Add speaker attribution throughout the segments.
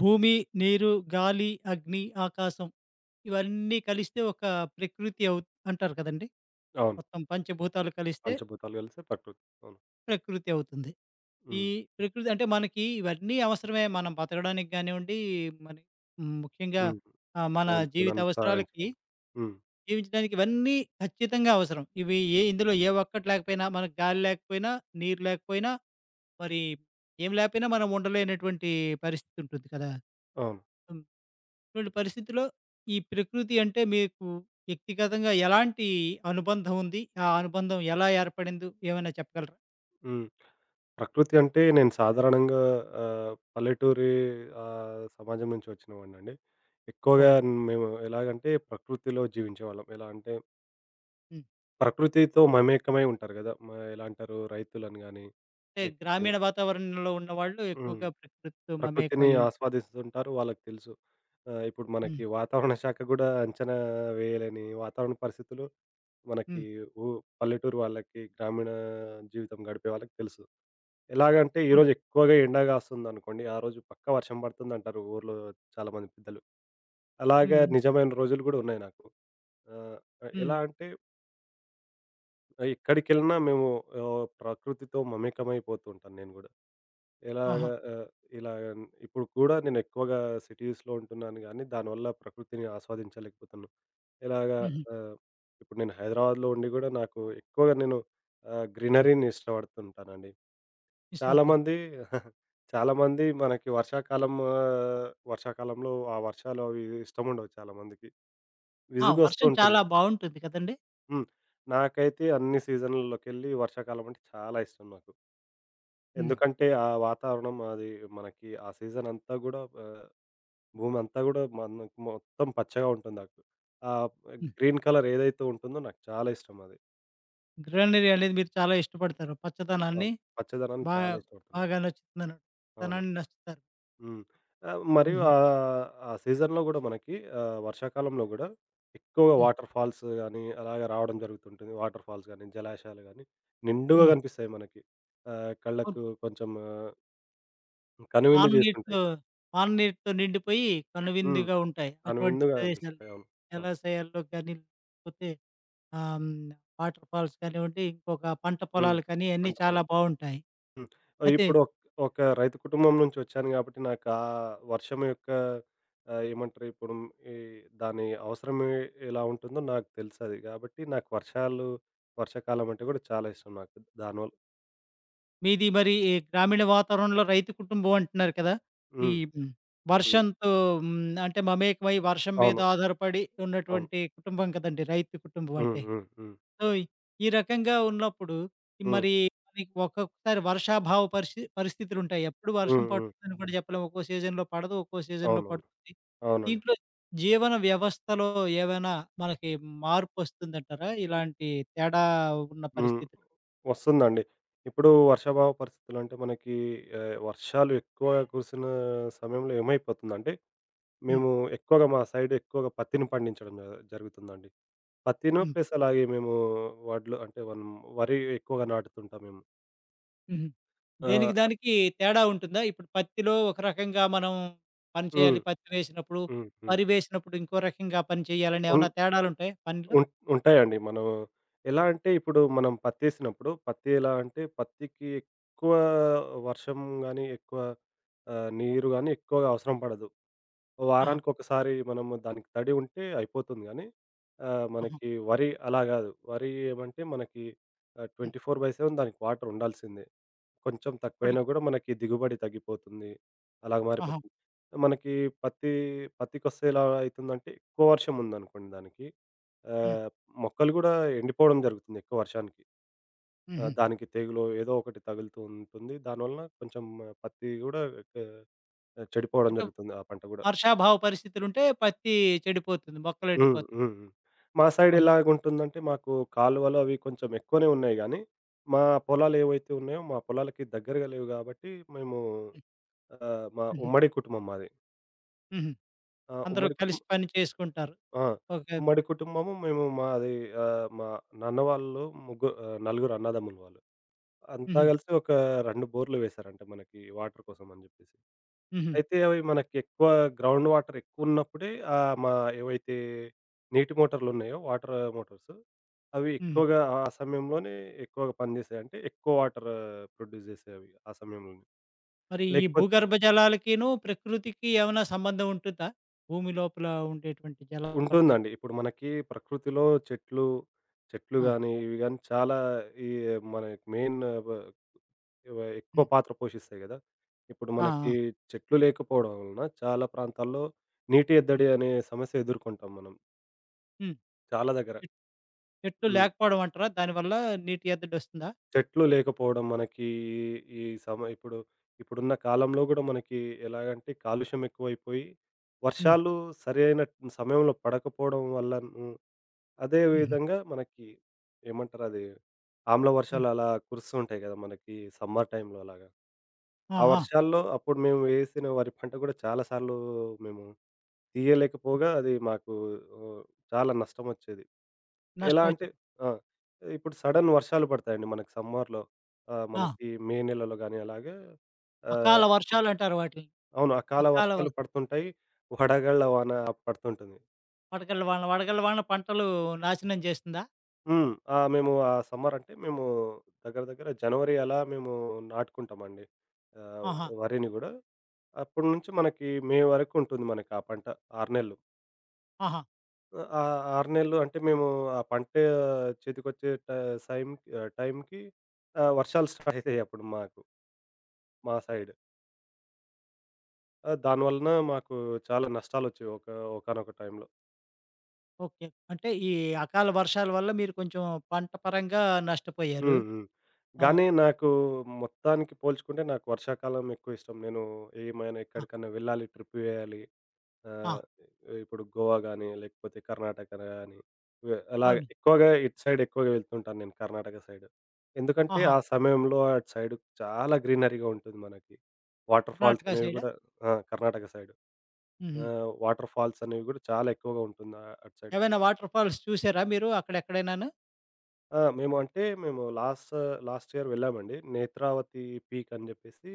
Speaker 1: భూమి, నీరు, గాలి, అగ్ని, ఆకాశం ఇవన్నీ కలిస్తే ఒక ప్రకృతి అంటారు కదండీ!
Speaker 2: అవును.
Speaker 1: మొత్తం పంచభూతాలు కలిస్తే
Speaker 2: పంచభూతాలు కలిసే ప్రకృతి. అవును.
Speaker 1: ప్రకృతి అవుతుంది. ఈ
Speaker 2: హ్మ్.
Speaker 1: ప్రకృతి అంటే మనకి ఇవన్నీ అవసరమే. మనం బతకడానికి గానివ్వండి, మరి ముఖ్యంగా
Speaker 2: హ్మ్.
Speaker 1: మన
Speaker 2: మనం
Speaker 1: జీవిత
Speaker 2: జీవనాన్ని
Speaker 1: అవసరాలకి
Speaker 2: సాగించడానికి. హ్మ్.
Speaker 1: జీవించడానికి ఇవన్నీ ఖచ్చితంగా అవసరం. ఇవి ఏ ఇందులో ఏ ఒక్కటి లేకపోయినా మనకు గాలి లేకపోయినా, నీరు లేకపోయినా, మరి ఏం లేకపోయినా మనం ఉండలేనటువంటి పరిస్థితి ఉంటుంది కదా!
Speaker 2: అవును.
Speaker 1: ఇటువంటి పరిస్థితిలో ఈ ప్రకృతి అంటే మీకు వ్యక్తిగతంగా ఎలాంటి అనుబంధం ఉంది? ఆ అనుబంధం ఎలా ఏర్పడిందో ఏమైనా చెప్పగలరా?
Speaker 2: హ్మ్. ప్రకృతి అంటే నేను సాధారణంగా పల్లెటూరి సమాజం నుంచి వచ్చినవాడినండి. ఎక్కువగా
Speaker 1: ఓహో!
Speaker 2: మేము ఎలాగంటే ప్రకృతిలో జీవించేవాళ్ళం. ఎలా అంటే
Speaker 1: హ్మ్.
Speaker 2: ప్రకృతితో మమేకమై ఉంటారు గదా! ఎలా అంటారు రైతులని గాని
Speaker 1: అంటే
Speaker 2: లేకపోతే
Speaker 1: గ్రామీణ వాతావరణంలో ఉన్నవాళ్ళు
Speaker 2: హ్మ్.
Speaker 1: ఎక్కువగా ప్రకృతితో
Speaker 2: ప్రకృతిని
Speaker 1: మమేకమై ఉంటారు.
Speaker 2: ఆస్వాదిస్తుంటారు. వాళ్ళకి తెలుసు. ఇప్పుడు
Speaker 1: హ్మ్.
Speaker 2: మనకి వాతావరణ శాఖ గూడా అంచనా వేయలేని వాతావరణ పరిస్థితులు
Speaker 1: హ్మ్.
Speaker 2: మనకి ఊ పల్లెటూరు వాళ్ళకి, గ్రామీణ జీవితం గడిపే వాళ్ళకి తెలుసు. ఎలాగంటే
Speaker 1: అవును.
Speaker 2: ఈరోజు ఎక్కువగా ఎండ గాస్తుందనుకోండి, ఆ రోజు పక్కా వర్షం పడుతుందంటారు ఊర్లో చాలామంది పెద్దలు.
Speaker 1: హ్మ్.
Speaker 2: అలాగే
Speaker 1: హ్మ్.
Speaker 2: నిజమైన రోజులు గూడా ఉన్నాయి నాకు. ఆహ్,
Speaker 1: హ్మ్.
Speaker 2: ఎలా అంటే ఎక్కడికెళ్ళినా మేము ప్రకృతితో మమేకమైపోతూ ఉంటాను నేను గూడా.
Speaker 1: ఆహా!
Speaker 2: ఎలాగా ఇలాగ ఇప్పుడు కూడా నేను ఎక్కువగా సిటీస్‌లో ఉంటున్నాను గానీ, దానివల్ల ప్రకృతిని ఆస్వాదించలేకపోతున్నా. ఎలాగా
Speaker 1: హుహు.
Speaker 2: ఆహ్, ఇప్పుడు నేను హైదరాబాద్‌లో ఉండి గూడా నాకు ఎక్కువగా నేను
Speaker 1: హ్మ్.
Speaker 2: గ్రీనరీని ఇష్టపడుతుంటానండి.
Speaker 1: మిస్ అవుతాం.
Speaker 2: చాలామంది చాలామంది మనకి వర్షాకాలం వర్షాకాలంలో ఆ వర్షాలు అవి ఇష్టముండవు చాలామందికి.
Speaker 1: ఆ!
Speaker 2: విసుగొస్తూ
Speaker 1: వర్షం
Speaker 2: ఉంటుంది.
Speaker 1: చాలా బావుంటుంది కదండీ!
Speaker 2: హ్మ్. నాకైతే అన్ని సీజన్‌లలోకెళ్ళి వర్షాకాలం అంటే చాలా ఇష్టం నాకు.
Speaker 1: హ్మ్.
Speaker 2: ఎందుకంటే ఆ వాతావరణం అది మనకి ఆ సీజన్ అంతా గూడా భూమి అంతా గూడా మనకు మొత్తం పచ్చగా ఉంటుంది నాకు. ఆ
Speaker 1: హ్మ్.
Speaker 2: గ్రీన్ కలర్ ఏదైతే ఉంటుందో నాకు చాలా ఇష్టం అది.
Speaker 1: గ్రీనరీ అనేది మీరు చాలా ఇష్టపడతారు. పచ్చదనాన్ని
Speaker 2: అవును. పచ్చదనాన్ని
Speaker 1: బా
Speaker 2: చాలా ఇష్టపడుతున్నాను.
Speaker 1: బాగా నచ్చుతుందన
Speaker 2: అవును.
Speaker 1: తనాన్ని నచ్చుతారు.
Speaker 2: హ్మ్. మరియు
Speaker 1: హుహు.
Speaker 2: ఆ సీజన్‌లో గూడా మనకి వర్షాకాలంలో గూడా ఎక్కువగా
Speaker 1: హ్మ్.
Speaker 2: వాటర్ ఫాల్స్ గానీ, అలాగే రావడం జరుగుతుంటుంది. వాటర్ ఫాల్స్ గానీ, జలాశయాలు గానీ నిండుగా
Speaker 1: హ్మ్.
Speaker 2: కనిపిస్తాయి మనకి.
Speaker 1: అవును.
Speaker 2: కళ్ళకు కొంచెం కనువిందు
Speaker 1: పాము
Speaker 2: జేస్తుంటాయి.
Speaker 1: నీటితో పాము నీటితో నిండిపోయి
Speaker 2: హ్మ్.
Speaker 1: కనువిందుగా ఉంటాయి. అటువంటి
Speaker 2: కనువిందుగా
Speaker 1: ప్రదేశాలు
Speaker 2: కనిపిస్తుంటాయి. అవును. అవును.
Speaker 1: జలాశయాల్లో కానీ, లేకపోతే ఆహ్, హ్మ్, వాటర్ ఫాల్స్ కానివ్వండి, ఇంకొక పంట
Speaker 2: హ్మ్.
Speaker 1: పొలాలు కానీ అన్నీ
Speaker 2: పంట
Speaker 1: చాలా
Speaker 2: పొలం.
Speaker 1: బావుంటాయి.
Speaker 2: హ్మ్.
Speaker 1: అయితే
Speaker 2: ఇప్పుడు ఒక రైతు కుటుంబం నుంచి వచ్చాను గాబట్టి నాకు ఆ వర్షం యొక్క ఏమంటారు ఇప్పుడు ఈ దాని అవసరం ఎలా ఉంటుందో నాకు తెలుసది. గాబట్టి నాకు వర్షాలు, వర్షాకాలం అంటే గూడా చాలా ఇష్టం నాకు. దానివల్ల
Speaker 1: మీది మరి ఈ గ్రామీణ వాతావరణంలో రైతు కుటుంబం అంటున్నారు కదా! ఈ
Speaker 2: హ్మ్.
Speaker 1: హ్మ్,
Speaker 2: హ్మ్.
Speaker 1: వర్షంతో హ్మ్, అంటే మమేకమై వర్షం మీద
Speaker 2: అవును.
Speaker 1: ఆధారపడి
Speaker 2: అవును.
Speaker 1: ఉన్నటువంటి కుటుంబం కదండీ! రైతు కుటుంబం
Speaker 2: హ్మ్.
Speaker 1: అంటే.
Speaker 2: హ్మ్. హ్మ్.
Speaker 1: సో, ఈ రకంగా ఉన్నప్పుడు ఈ
Speaker 2: హ్మ్.
Speaker 1: మరి మనకి ఒక్కొక్కసారి వర్షాభావ పరిస్థితులుంటాయి. ఎప్పుడు వర్షం
Speaker 2: హ్మ్. హ్మ్.
Speaker 1: పడుతుందని కూడా చెప్పలేం. ఒక్కో సీజన్‌లో పడదు. ఒక్కో సీజన్‌లో
Speaker 2: అవునవును.
Speaker 1: పడుతుంది.
Speaker 2: అవునండి.
Speaker 1: దీంట్లో జీవన వ్యవస్థలో ఏవైనా మనకి మార్పొస్తుందంటారా? ఇలాంటి తేడా ఉన్న
Speaker 2: హ్మ్.
Speaker 1: పరిస్థితులు?
Speaker 2: వస్తుందండి. ఇప్పుడు వర్షాభావ పరిస్థితులంటే మనకి వర్షాలు ఎక్కువ కురిసిన సమయంలో ఏమైపోతుందంటే
Speaker 1: హ్మ్.
Speaker 2: మేము ఎక్కువగా మా సైడ్ ఎక్కువగా పత్తిని పండించడం జరుగుతుందండి. పత్తిను
Speaker 1: హ్మ్.
Speaker 2: ప్లస్ అలాగే మేము వడ్లు అంటే మనం వరి ఎక్కువగా నాటుతుంటాం మేము.
Speaker 1: హుహు.
Speaker 2: ఆ!
Speaker 1: దేనికి దానికి తేడా ఉంటుందా? ఇప్పుడు పత్తిలో ఒక రకంగా మనం పని
Speaker 2: హ్మ్.
Speaker 1: చేయాలి. పత్తి వేసినప్పుడు,
Speaker 2: హ్మ్. హ్మ్.
Speaker 1: వరి వేసినప్పుడు ఇంకో రకంగా పని చేయాలని
Speaker 2: ఉన్
Speaker 1: ఏమైనా తేడాలుంటాయా పనిలో?
Speaker 2: ఉన్ ఉంటాయండి. మనం ఎలా అంటే ఇప్పుడు మనం పత్తేసినప్పుడు పత్తి ఎలా అంటే పత్తికి ఎక్కువ వర్షం గాని, ఎక్కువ నీరు గాని ఎక్కువగా అవసరం పడదు.
Speaker 1: ఆహా!
Speaker 2: వారానికొకసారి మనము దానికి తడి ఉంటే అయిపోతుంది గానీ,
Speaker 1: ఆహా!
Speaker 2: మనకి వరి అలా గాదు. వరి ఏమంటే మనకి
Speaker 1: హ్మ్.
Speaker 2: 24/7 దానికి వాటర్ ఉండాల్సిందే. కొంచెం తక్కువైనా
Speaker 1: ఇప్పటికి.
Speaker 2: గూడా మనకి దిగుబడి తగ్గిపోతుంది. అలాగ
Speaker 1: ఆహా!
Speaker 2: మారిపోతుంది. మనకి పత్తి పత్తికొస్తే ఎలా అయితుందంటే, ఎక్కువ వర్షం ఉందనుకోండి దానికి
Speaker 1: హ్మ్.
Speaker 2: ఆహ్, మొక్కలు గూడా ఎండిపోవడం జరుగుతుంది ఎక్కువ వర్షానికి.
Speaker 1: హుహు.
Speaker 2: దానికి తెగులో ఏదో ఒకటి తగులుతూ ఉంటుంది. దానివలన కొంచెం పత్తి గూడా చెడిపోవడం
Speaker 1: అంటే
Speaker 2: జరుగుతుంది. ఆ పంట గూడా.
Speaker 1: వర్షాభావ పరిస్థితులుంటే పత్తి చెడిపోతుంది.
Speaker 2: హ్మ్.
Speaker 1: మొక్కలెండిపోతాయి.
Speaker 2: హ్మ్. హ్మ్. మా సైడ్
Speaker 1: ఆహా!
Speaker 2: ఎలాగుంటుందంటే మాకు కాలువలు అవి కొంచెం ఎక్కువనే ఉన్నాయి గానీ, మా పొలాలు ఏవైతే ఉన్నాయో మా పొలాలకి దగ్గరగా లేవు గాబట్టి మేము
Speaker 1: హ్మ్.
Speaker 2: మా
Speaker 1: హుహు.
Speaker 2: ఉమ్మడి కుటుంబం మాది.
Speaker 1: హుహు.
Speaker 2: ఆ!
Speaker 1: అందరూ
Speaker 2: ఉమ్మడి కుటుం
Speaker 1: కలిసి పని చేసుకుంటారు.
Speaker 2: ఆ!
Speaker 1: ఓకే.
Speaker 2: ఉమ్మడి కుటుంబము మేము మాది మా నాన్న వాళ్ళు నలుగురు అన్నదమ్ములు వాళ్ళు. అంతా
Speaker 1: హుహు.
Speaker 2: గలిసి ఒక 2 బోర్‌లు వేశారంట మనకి వాటర్ కోసం అని జెప్పేసి.
Speaker 1: హుహు.
Speaker 2: అయితే అవి మనకెక్కువ గ్రౌండ్ వాటర్ ఎక్కువున్నప్పుడే మా ఏవైతే నీటి మోటార్లున్నాయో వాటర్ మోటార్స్ అవి
Speaker 1: హ్మ్.
Speaker 2: ఎక్కువగా ఆ సమయంలోనే ఎక్కువగా పనిచేసాయి. అంటే ఎక్కువ వాటర్ ప్రొడ్యూస్ చేసేవి అవి ఆ సమయంలోనే.
Speaker 1: మరి ఈ
Speaker 2: లేకపోతే
Speaker 1: భూగర్భ జలాలకిను, ప్రకృతికి ఏమైనా సంబంధం ఉంటుందా? భూమి లోపల ఉండేటువంటి జలాలుంటాయి.
Speaker 2: ఉంటుందండి. ఇప్పుడు మనకి ప్రకృతిలో చెట్లు, చెట్లు
Speaker 1: ఆ!
Speaker 2: గాని ఇవి గాని చాలా ఈ మనకి మెయిన్ వ వ ఎక్కువ
Speaker 1: హ్మ్.
Speaker 2: పాత్ర పోషిస్తాయి గదా! ఇప్పుడు
Speaker 1: ఆ!
Speaker 2: మనకి
Speaker 1: ఆ!
Speaker 2: చెట్లు లేకపోవడం వలన చాలా ప్రాంతాల్లో నీటి
Speaker 1: హ్మ్.
Speaker 2: ఎద్దడి అనే సమస్య ఎదుర్కొంటాం మనం
Speaker 1: హ్మ్.
Speaker 2: చాలా దగ్గర.
Speaker 1: చెట్ చెట్లు
Speaker 2: హ్మ్.
Speaker 1: లేకపోవడం అంటారా? దానివల్ల నీటి ఎద్దడొస్తుందా?
Speaker 2: చెట్లు లేకపోవడం మనకి ఈ సమ ఇప్పుడున్న కాలంలో గూడా మనకి ఎలాగంటే కాలుష్యం ఎక్కువైపోయి,
Speaker 1: హ్మ్.
Speaker 2: వర్షాలు సరైన సమయంలో పడకపోవడం వల్లను అదే
Speaker 1: హుహు.
Speaker 2: విధంగా మనకి ఏమంటారది? ఆమ్ల
Speaker 1: హ్మ్.
Speaker 2: వర్షాలు అలా కురుస్తూ ఉంటాయి గదా! మనకి సమ్మర్ టైంలో అలాగా.
Speaker 1: ఆ!
Speaker 2: ఆ
Speaker 1: ఆ!
Speaker 2: వర్షాల్లో అప్పుడు మేము వేసిన వరి పంట గూడా చాలా సార్లు మేము తీయలేకపోగా అది మాకు ఆహ్, చాలా నష్టమొచ్చేది. ఎలా
Speaker 1: నష్టం
Speaker 2: అంటే
Speaker 1: వచ్చింది.
Speaker 2: ఆ! ఇప్పుడు సడెన్ వర్షాలు పడతాయండి మనకి సమ్మర్‌లో.
Speaker 1: ఆ!
Speaker 2: మనకి మే నెలలో గాని అలాగే ఆహ్,
Speaker 1: అకాల వర్షాలంటారు వాటిలిని.
Speaker 2: అవును. అకాల
Speaker 1: అకాల
Speaker 2: వర్షాలు పడుతుంటాయి. వడగళ్ళ వాన పడుతుంటుంది.
Speaker 1: వడగళ్ళ వాన పంటలు నాశనం చేస్తుందా?
Speaker 2: హ్మ్. ఆ! మేము ఆ సమ్మర్ అంటే మేము దగ్గర దగ్గర జనవరి అలా మేము నాటుకుంటామండి. ఆహ్,
Speaker 1: ఆహా!
Speaker 2: వరిని గూడా. అప్పటి నుంచి మనకి మే వరకు ఉంటుంది మనకి ఆ పంట 6 నెలలు.
Speaker 1: ఆహా!
Speaker 2: ఆ! 6 నెలలు అంటే మేము ఆ పంట చేతికొచ్చే సైమ్ టైంకి వర్షాలు స్టార్ట్ అయితాయి అప్పుడు మాకు. మా సైడ్. దానివలన మాకు చాలా నష్టాలొచ్చేవి ఒక ఒకానొక టైంలో.
Speaker 1: ఓకే. అంటే ఈ అకాల వర్షాల వల్ల మీరు కొంచెం పంట పరంగా నష్టపోయారు.
Speaker 2: హ్మ్. హ్మ్.
Speaker 1: ఆ!
Speaker 2: గానీ నాకు మొత్తానికి పోల్చుకుంటే నాకు వర్షాకాలం ఎక్కువిష్టం. నేను ఏమైనా
Speaker 1: ఆ!
Speaker 2: ఎక్కడికన్నా వెళ్ళాలి, ట్రిప్ వేయాలి.
Speaker 1: ఆ!
Speaker 2: ఆహ్, ఇప్పుడు గోవా గానీ, లేకపోతే కర్ణాటక గానీ, అలాగ
Speaker 1: అవును.
Speaker 2: ఎక్కువగా ఇటు సైడ్ ఎక్కువగా వెళ్తుంటాను నేను కర్ణాటక సైడ్. ఎందుకంటే
Speaker 1: ఆహా!
Speaker 2: ఆ సమయంలో అటు సైడ్ చాలా గ్రీనరీగా ఉంటుంది మనకి. వాటర్ ఫాల్స్
Speaker 1: కర్ణాటక
Speaker 2: అనేవి
Speaker 1: సైడా?
Speaker 2: గూడా ఆ! కర్ణాటక సైడ్.
Speaker 1: హుహు.
Speaker 2: వాటర్ ఫాల్స్ అనేవి గూడా చాలా ఎక్కువగా ఉంటుంది అటు సైడ్.
Speaker 1: ఏవైనా వాటర్ ఫాల్స్ చూసారా మీరు అక్కడెక్కడైనాను?
Speaker 2: ఆ! మేము అంటే మేము లాస్ట్ లాస్ట్ ఇయర్ వెళ్ళామండి. 'నేత్రావతి పీక్' అని జెప్పేసి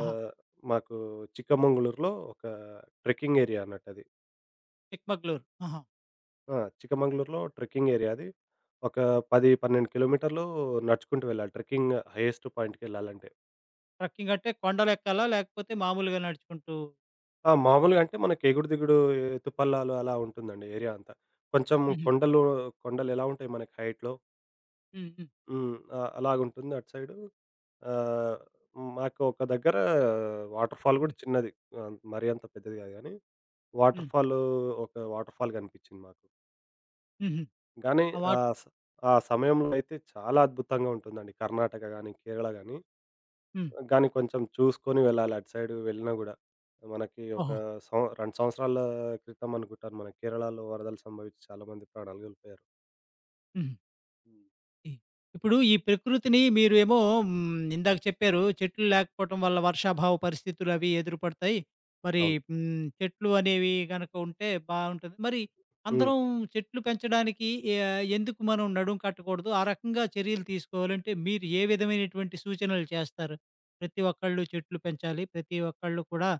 Speaker 1: ఆహా!
Speaker 2: మాకు చిక్కమంగళూరులో ఒక ట్రెక్కింగ్ ఏరియా అన్నట్టది.
Speaker 1: చిక్మగళూరు. ఆహా!
Speaker 2: ఆ! చిక్కమంగళూరులో ట్రెక్కింగ్ ఏరియా అది. ఒక
Speaker 1: ఆ!
Speaker 2: 10, 12 కిలోమీటర్లు నడుచుకుంటూ వెళ్ళాలి. Trekking highest పాయింట్‌కెళ్ళాలంటే.
Speaker 1: ట్రెక్కింగ్ అంటే కొండలెక్కాలా? లేకపోతే మామూలుగా నడుచుకుంటూ
Speaker 2: ఆ! మామూలుగా అంటే మనకి ఎగుడు దిగుడు ఎత్తుపల్లాలు అలా ఉంటుందండి ఏరియా అంతా. కొంచెం
Speaker 1: హుహు.
Speaker 2: కొండలు కొండలెలా ఉంటాయి మనకి హైట్‌లో
Speaker 1: హ్మ్. హ్మ్.
Speaker 2: హ్మ్. అలాగుంటుంది అటు సైడు. ఆహ్, మాకు ఒక దగ్గర వాటర్‌ఫాల్
Speaker 1: హ్మ్.
Speaker 2: గూడా చిన్నది. మరీ అంత పెద్దది గాదు గానీ,
Speaker 1: హ్మ్.
Speaker 2: వాటర్‌ఫాలు ఒక వాటర్‌ఫాల్ గనిపించింది మాకు.
Speaker 1: హుహు.
Speaker 2: గానీ
Speaker 1: ఆ
Speaker 2: ఆ
Speaker 1: వాటర్
Speaker 2: స ఆ సమయంలో అయితే చాలా అద్భుతంగా ఉంటుందండి. కర్ణాటక గానీ, కేరళ గానీ,
Speaker 1: హ్మ్.
Speaker 2: గానీ కొంచెం చూసుకొని వెళ్ళాలి. అటు సైడు వెళ్ళినా గూడా. మనకి ఒక
Speaker 1: ఓహో!
Speaker 2: 2 సంవత్సరాల క్రితం అనుకుంటాను. మన కేరళలో వరదలు సంభవించి చాలా మంది ప్రాణాలు గలిపోయారు.
Speaker 1: హ్మ్.
Speaker 2: హ్మ్.
Speaker 1: ఇ ఇప్పుడు ఈ ప్రకృతిని మీరు ఏమో ఇందాక చెప్పారు. చెట్లు లేకపోవటం వల్ల వర్షాభావ పరిస్థితులవి ఎదురుపడతాయి. మరి
Speaker 2: అవును.
Speaker 1: చెట్లు అనేవి గనక ఉంటే బావుంటది. మరి
Speaker 2: హ్మ్.
Speaker 1: అందరం చెట్లు పెంచడానికి ఎందుకు మనం నడుం కట్టకూడదు? ఆ రకంగా చర్యలు తీసుకోవాలంటే మీరు ఏ విధమైనటువంటి సూచనలు చేస్తారు? ప్రతి ఒక్కళ్ళు చెట్లు పెంచాలి. ప్రతి ఒక్కళ్ళు కూడా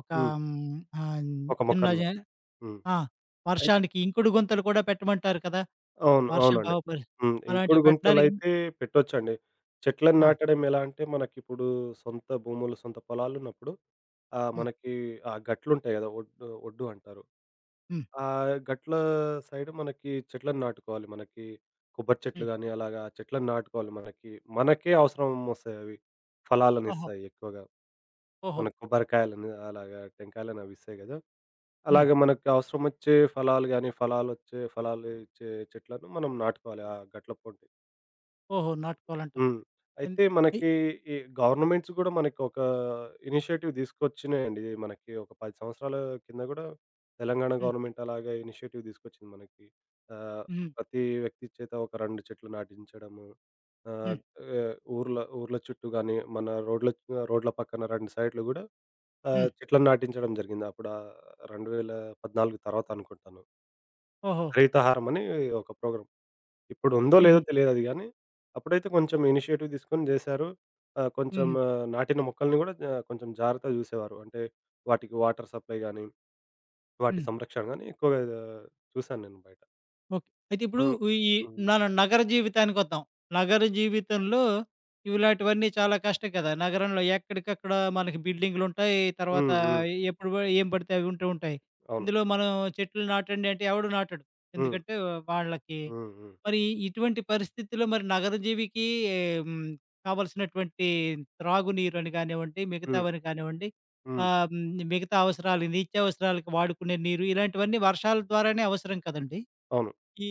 Speaker 1: ఒక
Speaker 2: హ్మ్.
Speaker 1: హ్మ్, ఆహ్,
Speaker 2: ఒక
Speaker 1: చిన్న
Speaker 2: మొక్కని
Speaker 1: జా
Speaker 2: నాటి. హ్మ్.
Speaker 1: ఆ! వర్షానికి ఇంకుడు గుంతలు కూడా పెట్టమంటారు కదా!
Speaker 2: అవును. అవునండి.
Speaker 1: వర్షాభావ పరి
Speaker 2: హ్మ్. ఇంకుడు
Speaker 1: అలాంటివి పెట్టడానికి
Speaker 2: గుంతలైతే పెట్టొచ్చండి. చెట్లను
Speaker 1: ఆ!
Speaker 2: నాటడం ఎలా అంటే మనకిప్పుడు సొంత భూములు, సొంత పొలాలున్నప్పుడు
Speaker 1: హ్మ్.
Speaker 2: మనకి ఆ గట్లుంటాయి గదా! ఒడ్డు ఒడ్డు అంటారు.
Speaker 1: హ్మ్.
Speaker 2: ఆ గట్ల సైడ్ మనకి చెట్లను నాటుకోవాలి. మనకి కొబ్బరి చెట్లు
Speaker 1: హ్మ్.
Speaker 2: గాని అలాగా చెట్లను నాటుకోవాలి మనకి. మనకే అవసరం ఒస్తాయవి.
Speaker 1: ఓహో!
Speaker 2: ఫలాలనిస్తాయి ఎక్కువగా.
Speaker 1: ఓహో!
Speaker 2: మనకు కొబ్బరికాయలని అలాగా టెంకాయలని అవి ఇస్తాయి గదా!
Speaker 1: హ్మ్.
Speaker 2: అలాగే మనకు అవసరమొచ్చే ఫలాలు గానీ, ఫలాలు ఇచ్చే చెట్లను మనం నాటుకోవాలి ఆ గట్ల పొంటి.
Speaker 1: ఓహో! నాటుకోవాలంటారు.
Speaker 2: హ్మ్. అయితే
Speaker 1: ఎందు ఎయ్
Speaker 2: మనకి ఈ గవర్నమెంట్స్ గూడా మనకొక ఇనిషియేటివ్ తీసుకొచ్చినాయండి. ఇది మనకి ఒక 10 సంవత్సరాల కింద గూడా తెలంగాణ
Speaker 1: హ్మ్.
Speaker 2: గవర్నమెంట్ అలాగే ఇనిషియేటివ్ తీసుకొచ్చింది మనకి. ఆహ్,
Speaker 1: హ్మ్.
Speaker 2: ప్రతి వ్యక్తి చేత ఒక 2 చెట్లు నాటించడము. ఆహ్,
Speaker 1: హ్మ్.
Speaker 2: ఆహ్, ఊర్ల ఊర్ల చుట్టూ గానీ, మన రోడ్ల రోడ్ల పక్కన 2 సైడ్‌లు గూడా
Speaker 1: హ్మ్.
Speaker 2: చెట్లను నాటించడం జరిగింది. అప్పుడు 2014 తర్వాత అనుకుంటాను.
Speaker 1: ఓహో!
Speaker 2: హరితహారం అని ఒక ప్రోగ్రామ్. ఇప్పుడుందో లేదో
Speaker 1: హుహు.
Speaker 2: తెలియదది గానీ, అప్పుడైతే కొంచెం ఇనిషియేటివ్ తీసుకొని జేశారు. కొంచెం
Speaker 1: హుహు.
Speaker 2: నాటిన మొక్కల్ని గూడా కొంచెం జాగ్రత్తగా జూసేవారు. అంటే వాటికి వాటర్ సప్లై గానీ, వాటి
Speaker 1: హ్మ్.
Speaker 2: సంరక్షణ గానీ ఎక్కువగా చూశాను నేను బయట.
Speaker 1: ఓకే. అయితే ఇప్పుడు
Speaker 2: హ్మ్.
Speaker 1: ఈ
Speaker 2: హ్మ్.
Speaker 1: మనం నగర జీవితానికొద్దాం. నగర జీవితంలో ఇలాంటివన్నీ చాలా కష్టం కదా! నగరంలో ఎక్కడికక్కడ మనకి బిల్డింగులుంటాయి. తర్వాత
Speaker 2: హ్మ్. హ్మ్.
Speaker 1: ఎప్పుడు ఏం పడితే అవి ఉంటూ ఉంటాయి.
Speaker 2: అవును.
Speaker 1: ఇందులో మనం చెట్లు నాటండి అంటే ఎవడు నాటడు.
Speaker 2: హ్మ్.
Speaker 1: ఎందుకంటే వాళ్ళకి
Speaker 2: హ్మ్. హ్మ్.
Speaker 1: మరి ఇటువంటి పరిస్థితిలో మరి నగర జీవికి హ్మ్. కావాల్సినటువంటి త్రాగునీరుని కానివ్వండి,
Speaker 2: హ్మ్.
Speaker 1: మిగతావని కానివ్వండి,
Speaker 2: హ్మ్.
Speaker 1: ఆహ్, మిగతా అవసరాలు నిత్యావసరాలకు వాడుకునే నీరు ఇలాంటివన్నీ వర్షాల ద్వారానే అవసరం కదండీ!
Speaker 2: అవును.
Speaker 1: ఈ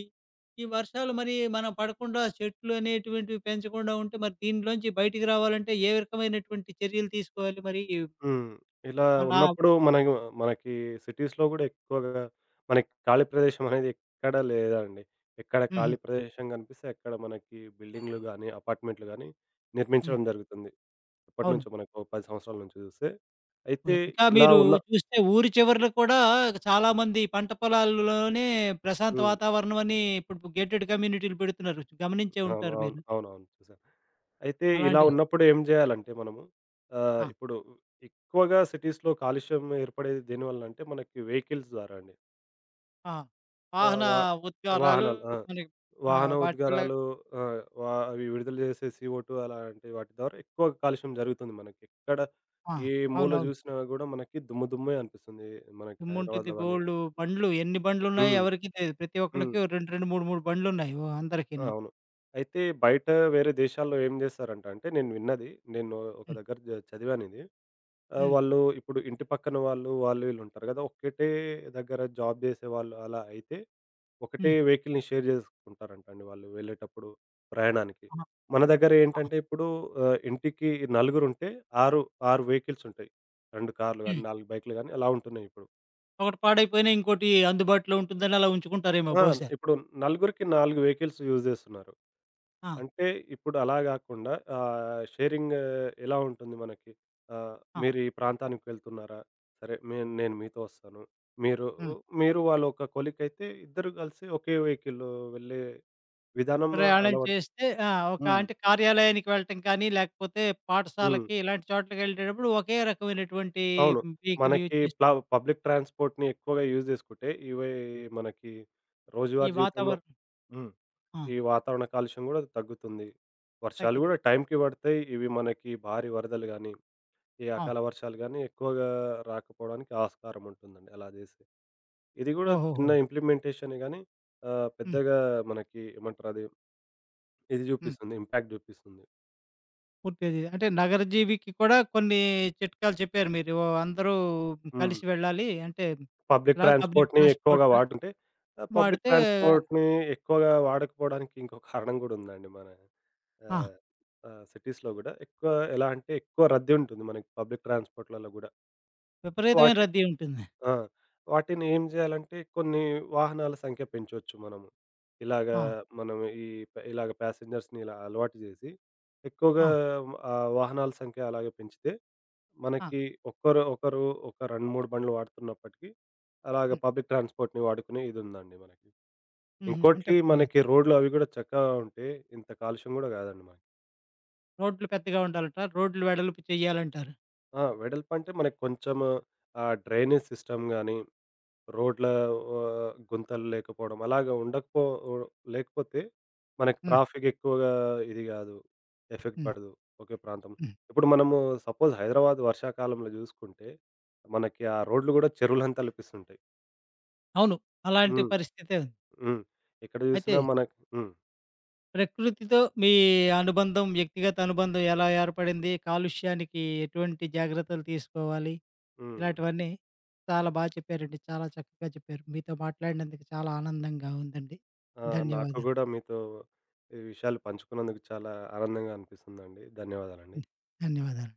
Speaker 1: ఈ వర్షాలు మరి మనం పడకుండా చెట్లు అనేటువంటివి పెంచకుండా ఉంటే మరి దీనిలోంచి బయటికి రావాలంటే ఏ రకమైనటువంటి చర్యలు తీసుకోవాలి మరి?
Speaker 2: హ్మ్. ఇలా
Speaker 1: మన
Speaker 2: ఉన్నప్పుడు మనకి సిటీస్‌లో గూడా ఎక్కువగా మనకి ఖాళీ ప్రదేశం అనేది ఎక్కడ లేదండి. ఎక్కడ
Speaker 1: హుహు.
Speaker 2: ఖాళీ ప్రదేశం కనిపిస్తే అక్కడ మనకి బిల్డింగ్‌లు గానీ, అపార్ట్‌మెంట్‌లు గానీ
Speaker 1: హ్మ్.
Speaker 2: నిర్మించడం జరుగుతుంది.
Speaker 1: అవును.
Speaker 2: ఇప్పటినుంచో మనకో 10 సంవత్సరాల నుంచి చూస్తే. అయితే
Speaker 1: ఓయ్, ఇంకా
Speaker 2: ఇలా
Speaker 1: మీరు
Speaker 2: ఉన్న
Speaker 1: చూస్తే ఊరి చివరన కూడా చాలామంది పంట పొలాల్లోనే ప్రశాంత
Speaker 2: హ్మ్.
Speaker 1: వాతావరణం అని ఇప్పుడు గేటెడ్ కమ్యూనిటీలు పెడుతున్నారు. గమనించే
Speaker 2: అవును.
Speaker 1: ఉంటారు
Speaker 2: అవును.
Speaker 1: మీరు.
Speaker 2: అవునవును. చూసాను. అయితే ఇలా
Speaker 1: అలాంటి
Speaker 2: ఉన్నప్పుడు ఏం జేయాలంటే మనము
Speaker 1: ఆ!
Speaker 2: ఇప్పుడు ఎక్కువగా సిటీస్‌లో కాలుష్యం ఏర్పడేది దేనివల్లంటే మనకి వెహికల్స్ ద్వారా అండి.
Speaker 1: ఆ!
Speaker 2: ఆ!
Speaker 1: వాహన ఉద్గారాలు
Speaker 2: వాహనాలు. ఆ!
Speaker 1: మనకి ఆ!
Speaker 2: వాహన
Speaker 1: వాటి వల్ల
Speaker 2: ఉద్గారాలు ఆహ్, వా అవి విడుదల చేసే సీఓ2 అలాంటి వాటి ద్వారా ఎక్కువ కాలుష్యం జరుగుతుంది మనకి. ఎక్కడ
Speaker 1: ఆ!
Speaker 2: ఏ మూల
Speaker 1: అవునవును.
Speaker 2: చూసినా గూడా మనకి దుమ్మే అనిపిస్తుంది. మనకి
Speaker 1: దుమ్ముంటుంది.
Speaker 2: హైదరాబాద్‌లో గాని
Speaker 1: బోలెడు బండ్లు ఎన్ని బండ్లున్నాయి
Speaker 2: హ్మ్.
Speaker 1: ఎవరికీ తెలీదు. ప్రతి
Speaker 2: హ్మ్.
Speaker 1: ఒక్కళ్ళకి 2, 2, 3, 3 బండ్లున్నాయి ఓ అందరికీను.
Speaker 2: అవును. అయితే బయట వేరే దేశాల్లో ఏం చేస్తారంట అంటే నేను విన్నది. నేను ఒక
Speaker 1: హ్మ్.
Speaker 2: దగ్గర చదివానిది.
Speaker 1: హ్మ్.
Speaker 2: వాళ్ళు ఇప్పుడు ఇంటి పక్కన వాళ్ళు, వాళ్ళు వీళ్ళు ఉంటారు గదా! ఒక్కటే దగ్గర జాబ్ చేసేవాళ్ళు అలా అయితే ఒకటే
Speaker 1: హ్మ్.
Speaker 2: వెహికల్‌ని షేర్ జేసుకుంటారంట అండి వాళ్ళు వెళ్ళేటప్పుడు ప్రయాణానికి.
Speaker 1: ఆహా!
Speaker 2: మన దగ్గర
Speaker 1: ఆహా!
Speaker 2: ఏంటంటే ఇప్పుడు ఇంటికి నలుగురుంటే 6, 6 వెహికల్స్ ఉంటాయి. 2 కార్లు గాని,
Speaker 1: హ్మ్.
Speaker 2: 4 బైక్‌లు గాని అలా ఉంటున్నాయి ఇప్పుడు.
Speaker 1: ఒకటి పాడైపోయినా ఇంకోటి అందుబాటులో ఉంటుందని అలా ఉంచుకుంటారేమో
Speaker 2: ఆ!
Speaker 1: బహుశా.
Speaker 2: ఇప్పుడు నలుగురికి 4 వెహికల్స్ యూజ్ జేస్తున్నారు.
Speaker 1: ఆ!
Speaker 2: అంటే ఇప్పుడు అలా గాకుండా షేరింగ్ ఎలా ఉంటుంది మనకి? ఆహ్,
Speaker 1: ఆ!
Speaker 2: మీరు ఈ ప్రాంతానికి వెళ్తున్నారా? సరే మేన్ నేను మీతో వస్తాను. మీరు
Speaker 1: హ్మ్.
Speaker 2: మీరు వాళ్ళు ఒక కొలీగ్ అయితే ఇద్దరు గలిసి ఒకే వెహికల్‌లో వెళ్ళే విధానం
Speaker 1: ప్రయాణం
Speaker 2: అలవడుతుంది.
Speaker 1: చేస్తే ఆ! ఒక
Speaker 2: హ్మ్.
Speaker 1: అంటే కార్యాలయానికి వెళ్ళటం కానీ, లేకపోతే
Speaker 2: హ్మ్.
Speaker 1: పాఠశాలకి ఇలాంటి చోట్లకెళ్ళేటప్పుడు ఒకే రకమైనటువంటి
Speaker 2: అవును.
Speaker 1: వెహికల్ యూజ్
Speaker 2: మనకి
Speaker 1: చేసి
Speaker 2: పబ్లిక్ ట్రాన్స్‌పోర్ట్‌ని ఎక్కువగా యూజ్ చేసుకుంటే, ఇవి మనకి
Speaker 1: ఈ
Speaker 2: రోజువారీ జీవితంలో
Speaker 1: వాతావరణం
Speaker 2: హ్మ్.
Speaker 1: ఆ!
Speaker 2: ఈ వాతావరణ కాలుష్యం గూడా తగ్గుతుంది. వర్షాలు
Speaker 1: తగ్గింది.
Speaker 2: గూడా టైంకి పడతాయి. ఇవి మనకి భారీ వరదలు గానీ, ఈ
Speaker 1: ఆ!
Speaker 2: అకాల వర్షాలు గానీ ఎక్కువగా రాకపోవడానికి ఆస్కారం ఉంటుందండి అలా చేస్తే. ఇది గూడా
Speaker 1: ఓహోహో!
Speaker 2: చిన్న ఇంప్లిమెంటేషనే గానీ
Speaker 1: హ్మ్.
Speaker 2: పెద్దగా మనకి ఏమంటారు అది ఇది
Speaker 1: హ్మ్.
Speaker 2: చూపిస్తుంది. ఇంపాక్ట్ చూపిస్తుంది.
Speaker 1: పూర్తిగా అంటే నగర జీవికి కూడా కొన్ని చిట్కాలు చెప్పారు మీరు. ఓ అందరూ
Speaker 2: హ్మ్.
Speaker 1: కలిసి వెళ్ళాలి. అంటే
Speaker 2: పబ్లిక్
Speaker 1: ఇలా పబ్లిక్
Speaker 2: ట్రాన్స్‌పోర్ట్‌ని
Speaker 1: ట్రాన్స్‌పోర్ట్
Speaker 2: ఎక్కువగా వాడుతుంటే పబ్లిక్
Speaker 1: వాడితే
Speaker 2: ట్రాన్స్‌పోర్ట్‌ని ఎక్కువగా వాడకపోవడానికి ఇంకో కారణం గూడా ఉందండి మన
Speaker 1: ఆ!
Speaker 2: ఆహ్, ఆహ్, సిటీస్‌లో గూడా ఎక్కువ ఎలా అంటే ఎక్కువ రద్దీ ఉంటుంది మనకి పబ్లిక్ ట్రాన్స్‌పోర్ట్‌లలో గూడా.
Speaker 1: విపరీతమైన
Speaker 2: వాటి
Speaker 1: రద్దీ ఉంటుంది.
Speaker 2: ఆ! వాటిని ఏం జేయాలంటే కొన్ని వాహనాల సంఖ్య పెంచొచ్చు మనము. ఇలాగా
Speaker 1: ఆ!
Speaker 2: మనం ఈ ప ఇలాగ ప్యాసింజర్స్‌ని ఇలా అలవాటు జేసి
Speaker 1: ఆ!
Speaker 2: ఎక్కువగా ఆ వాహనాల సంఖ్య అలాగే పెంచితే
Speaker 1: ఆ!
Speaker 2: మనకి ఒకరు ఒక 2, 3 బండ్లు వాడుతున్నప్పటికీ, అలాగ
Speaker 1: హ్మ్.
Speaker 2: పబ్లిక్ ట్రాన్స్‌పోర్ట్‌ని వాడుకునే ఇదుందండి మనకి.
Speaker 1: హుహు.
Speaker 2: ఇంకోటి మనకి రోడ్లు అవి గూడా చక్కగా ఉంటే ఇంత కాలుష్యం గూడా గాదండి మనకి.
Speaker 1: రోడ్లు పెద్దగా ఉండాలంటారు. రోడ్లు వెడల్పు చేయాలంటారు.
Speaker 2: ఆ! వెడల్పంటే మనకి కొంచెం డ్రైనేజ్ సిస్టమ్ గానీ, రోడ్ల గుంతలు లేకపోవడం అలాగా లేకపోతే మనకి
Speaker 1: హ్మ్.
Speaker 2: ట్రాఫిక్ ఎక్కువగా ఇది గాదు. ఎఫెక్ట్
Speaker 1: హ్మ్.
Speaker 2: పడదు ఒకే ప్రాంతం.
Speaker 1: హ్మ్.
Speaker 2: ఇప్పుడు మనము సపోజ్ హైదరాబాద్ వర్షాకాలంలో జూసుకుంటే మనకి ఆ రోడ్లు గూడా చెరువులను తలపిస్తుంటాయి.
Speaker 1: అవును. అలాంటి
Speaker 2: హ్మ్.
Speaker 1: పరిస్థితే ఉంది.
Speaker 2: హ్మ్. ఎక్కడ
Speaker 1: అయితే
Speaker 2: చూసినా మనకు హ్మ్.
Speaker 1: ప్రకృతితో మీ అనుబంధం, వ్యక్తిగత అనుబంధం ఎలా ఏర్పడింది? కాలుష్యానికి ఎటువంటి జాగ్రత్తలు తీసుకోవాలి?
Speaker 2: హ్మ్.
Speaker 1: ఇలాంటివన్నీ చాలా బాగా చెప్పారండి. చాలా చక్కగా చెప్పారు. మీతో మాట్లాడినందుకు చాలా ఆనందంగా ఉందండి.
Speaker 2: ఆ! నాకు
Speaker 1: ధన్యవాదాలు.
Speaker 2: గూడా మీతో ఈ విషయాలు పంచుకున్నందుకు చాలా ఆనందంగా అనిపిస్తుందండి. ధన్యవాదాలండి.
Speaker 1: ధన్యవాదాలు.